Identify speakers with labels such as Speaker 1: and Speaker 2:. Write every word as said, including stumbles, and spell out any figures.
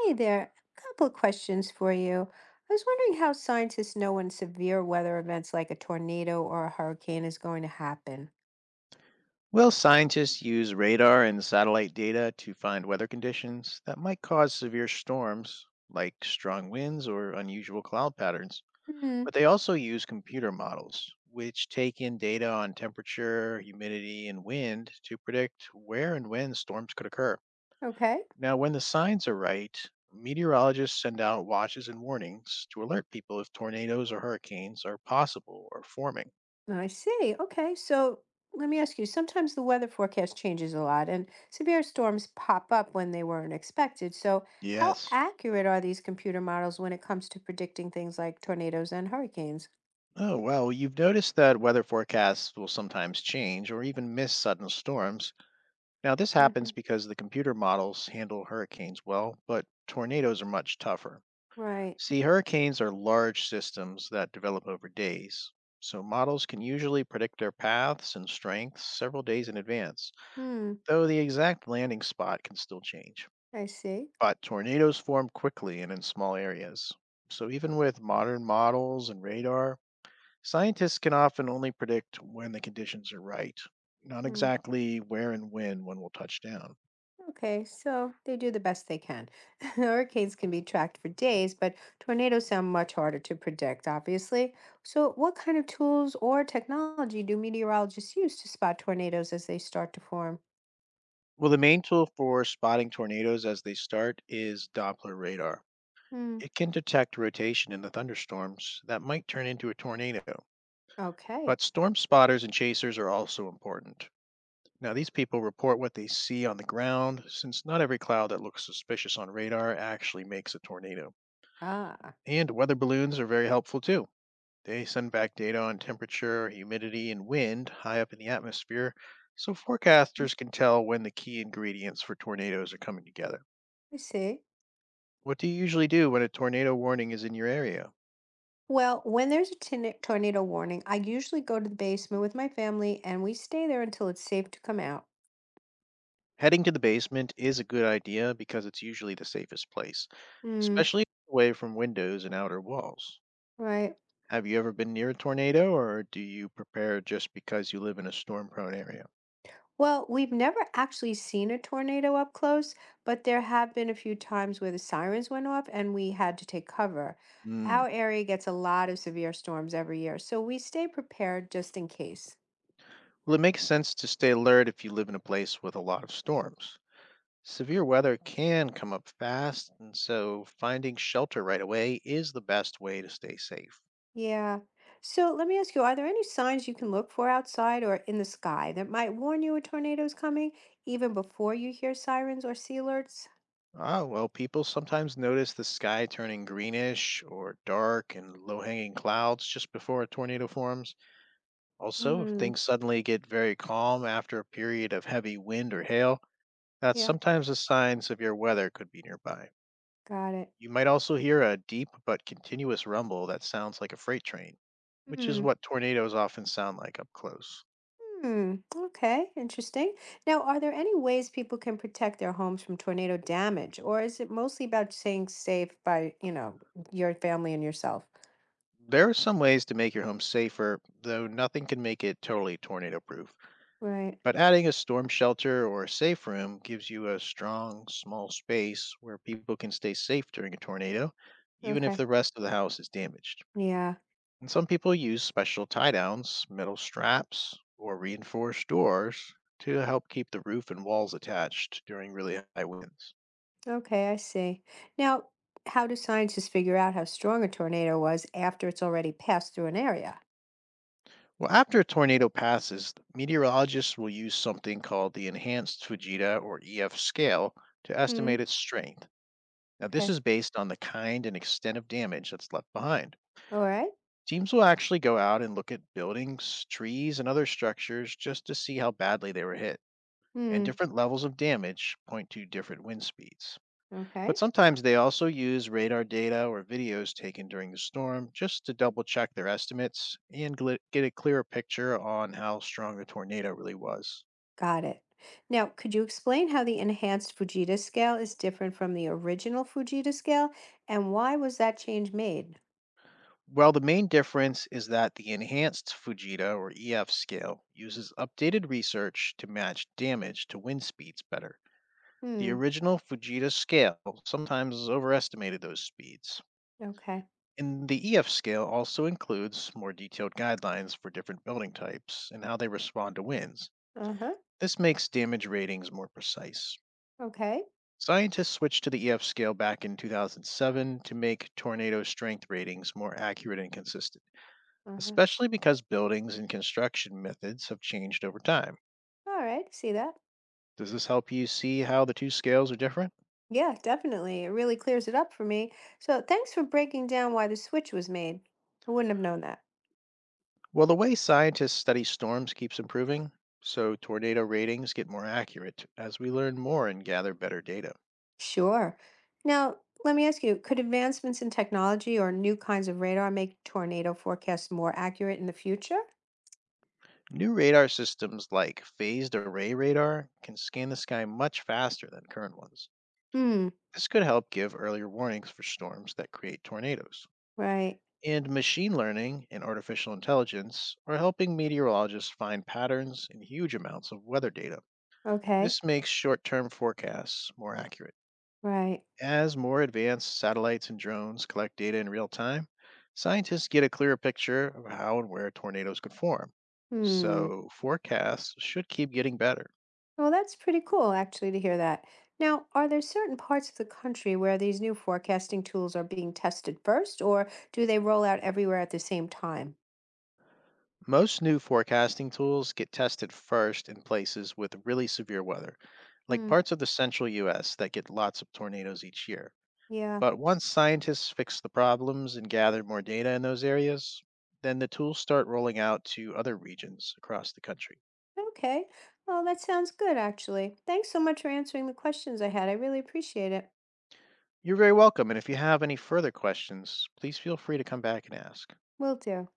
Speaker 1: Hey there, a couple of questions for you. I was wondering how scientists know when severe weather events like a tornado or a hurricane is going to happen.
Speaker 2: Well, scientists use radar and satellite data to find weather conditions that might cause severe storms, like strong winds or unusual cloud patterns.
Speaker 1: Hmm,
Speaker 2: But they also use computer models, which take in data on temperature, humidity, and wind to predict where and when storms could occur.
Speaker 1: okay.
Speaker 2: Now, when the signs are right, meteorologists send out watches and warnings to alert people if tornadoes or hurricanes are possible or forming.
Speaker 1: I see. Okay, so let me ask you, sometimes the weather forecast changes a lot and severe storms pop up when they weren't expected. So how
Speaker 2: Yes.
Speaker 1: accurate are these computer models when it comes to predicting things like tornadoes and hurricanes?
Speaker 2: Oh, well, you've noticed that weather forecasts will sometimes change or even miss sudden storms. Now, this
Speaker 1: hmm
Speaker 2: happens because the computer models handle hurricanes well, but tornadoes are much tougher.
Speaker 1: Right.
Speaker 2: See, hurricanes are large systems that develop over days, so models can usually predict their paths and strengths several days in advance,
Speaker 1: Hmm,
Speaker 2: though the exact landing spot can still change.
Speaker 1: I see.
Speaker 2: But tornadoes form quickly and in small areas. So, even with modern models and radar, scientists can often only predict when the conditions are right, not
Speaker 1: hmm.
Speaker 2: exactly where and when one will touch down.
Speaker 1: Okay, so they do the best they can. Hurricanes can be tracked for days, but tornadoes sound much harder to predict, obviously. So, what kind of tools or technology do meteorologists use to spot tornadoes as they start to form?
Speaker 2: Well, the main tool for spotting tornadoes as they start is Doppler radar.
Speaker 1: Hmm.
Speaker 2: It can detect rotation in the thunderstorms that might turn into a tornado.
Speaker 1: Okay.
Speaker 2: But storm spotters and chasers are also important. Now, these people report what they see on the ground, since not every cloud that looks suspicious on radar actually makes a tornado.
Speaker 1: Ah,
Speaker 2: And weather balloons are very helpful too. They send back data on temperature, humidity, and wind high up in the atmosphere, so forecasters can tell when the key ingredients for tornadoes are coming together.
Speaker 1: I see.
Speaker 2: What do you usually do when a tornado warning is in your area?
Speaker 1: Well, when there's a tin- tornado warning, I usually go to the basement with my family and we stay there until it's safe to come out.
Speaker 2: Heading to the basement is a good idea because it's usually the safest place,
Speaker 1: Hmm.
Speaker 2: especially away from windows and outer walls.
Speaker 1: Right.
Speaker 2: Have you ever been near a tornado, or do you prepare just because you live in a storm prone area?
Speaker 1: Well, we've never actually seen a tornado up close, but there have been a few times where the sirens went off and we had to take cover.
Speaker 2: Hmm.
Speaker 1: Our area gets a lot of severe storms every year, so we stay prepared just in case.
Speaker 2: Well, it makes sense to stay alert if you live in a place with a lot of storms. Severe weather can come up fast, and so finding shelter right away is the best way to stay safe.
Speaker 1: Yeah. So let me ask you, are there any signs you can look for outside or in the sky that might warn you a tornado is coming even before you hear sirens or sea alerts?
Speaker 2: Ah, well, people sometimes notice the sky turning greenish or dark and low hanging clouds just before a tornado forms. Also, if
Speaker 1: Mm,
Speaker 2: things suddenly get very calm after a period of heavy wind or hail, that's
Speaker 1: yeah,
Speaker 2: sometimes a sign severe weather could be nearby.
Speaker 1: got it.
Speaker 2: You might also hear a deep but continuous rumble that sounds like a freight train, which is
Speaker 1: Hmm.
Speaker 2: what tornadoes often sound like up close.
Speaker 1: Hmm. Okay. Interesting. Now, are there any ways people can protect their homes from tornado damage, or is it mostly about staying safe by, you know, your family and yourself?
Speaker 2: There are some ways to make your home safer, though nothing can make it totally tornado proof.
Speaker 1: Right.
Speaker 2: But adding a storm shelter or a safe room gives you a strong, small space where people can stay safe during a tornado, even if
Speaker 1: Okay.
Speaker 2: the rest of the house is damaged.
Speaker 1: Yeah.
Speaker 2: And some people use special tie downs, metal straps, or reinforced doors to help keep the roof and walls attached during really high winds.
Speaker 1: Okay. I see. Now, how do scientists figure out how strong a tornado was after it's already passed through an area?
Speaker 2: Well, after a tornado passes, meteorologists will use something called the Enhanced Fujita or E F scale to
Speaker 1: Hmm.
Speaker 2: estimate its strength. Now, this
Speaker 1: Okay.
Speaker 2: is based on the kind and extent of damage that's left behind.
Speaker 1: All right.
Speaker 2: Teams will actually go out and look at buildings, trees, and other structures just to see how badly they were hit. And
Speaker 1: Hmm.
Speaker 2: different levels of damage point to different wind speeds. But
Speaker 1: Okay.
Speaker 2: sometimes they also use radar data or videos taken during the storm just to double check their estimates and gl- get a clearer picture on how strong the tornado really was.
Speaker 1: Got it. Now, could you explain how the enhanced Fujita scale is different from the original Fujita scale and why was that change made?
Speaker 2: Well, the main difference is that the enhanced Fujita or E F scale uses updated research to match damage to wind speeds better. The
Speaker 1: Hmm.
Speaker 2: original Fujita scale sometimes overestimated those speeds.
Speaker 1: Okay.
Speaker 2: And the E F scale also includes more detailed guidelines for different building types and how they respond to winds.
Speaker 1: Uh-huh.
Speaker 2: This makes damage ratings more precise.
Speaker 1: Okay.
Speaker 2: Scientists switched to the E F scale back in two thousand seven to make tornado strength ratings more accurate and consistent,
Speaker 1: Uh-huh.
Speaker 2: especially because buildings and construction methods have changed over time.
Speaker 1: All right. See that?
Speaker 2: Does this help you see how the two scales are different?
Speaker 1: Yeah, definitely. It really clears it up for me. So thanks for breaking down why the switch was made. I wouldn't have known that.
Speaker 2: Well, the way scientists study storms keeps improving, so tornado ratings get more accurate as we learn more and gather better data.
Speaker 1: Sure. Now, let me ask you, could advancements in technology or new kinds of radar make tornado forecasts more accurate in the future?
Speaker 2: New radar systems like phased array radar can scan the sky much faster than current ones.
Speaker 1: Hmm.
Speaker 2: This could help give earlier warnings for storms that create tornadoes.
Speaker 1: Right.
Speaker 2: And machine learning and artificial intelligence are helping meteorologists find patterns in huge amounts of weather data.
Speaker 1: Okay.
Speaker 2: This makes short term forecasts more accurate.
Speaker 1: Right.
Speaker 2: As more advanced satellites and drones collect data in real time, scientists get a clearer picture of how and where tornadoes could form.
Speaker 1: Hmm.
Speaker 2: So, forecasts should keep getting better.
Speaker 1: Well, that's pretty cool actually to hear that. Now, are there certain parts of the country where these new forecasting tools are being tested first, or do they roll out everywhere at the same time?
Speaker 2: Most new forecasting tools get tested first in places with really severe weather, like
Speaker 1: Hmm.
Speaker 2: parts of the central U S that get lots of tornadoes each year.
Speaker 1: Yeah.
Speaker 2: But once scientists fix the problems and gather more data in those areas, then the tools start rolling out to other regions across the country.
Speaker 1: Okay. Well, that sounds good actually. Thanks so much for answering the questions I had. I really appreciate it.
Speaker 2: You're very welcome, and if you have any further questions, please feel free to come back and ask.
Speaker 1: Will do.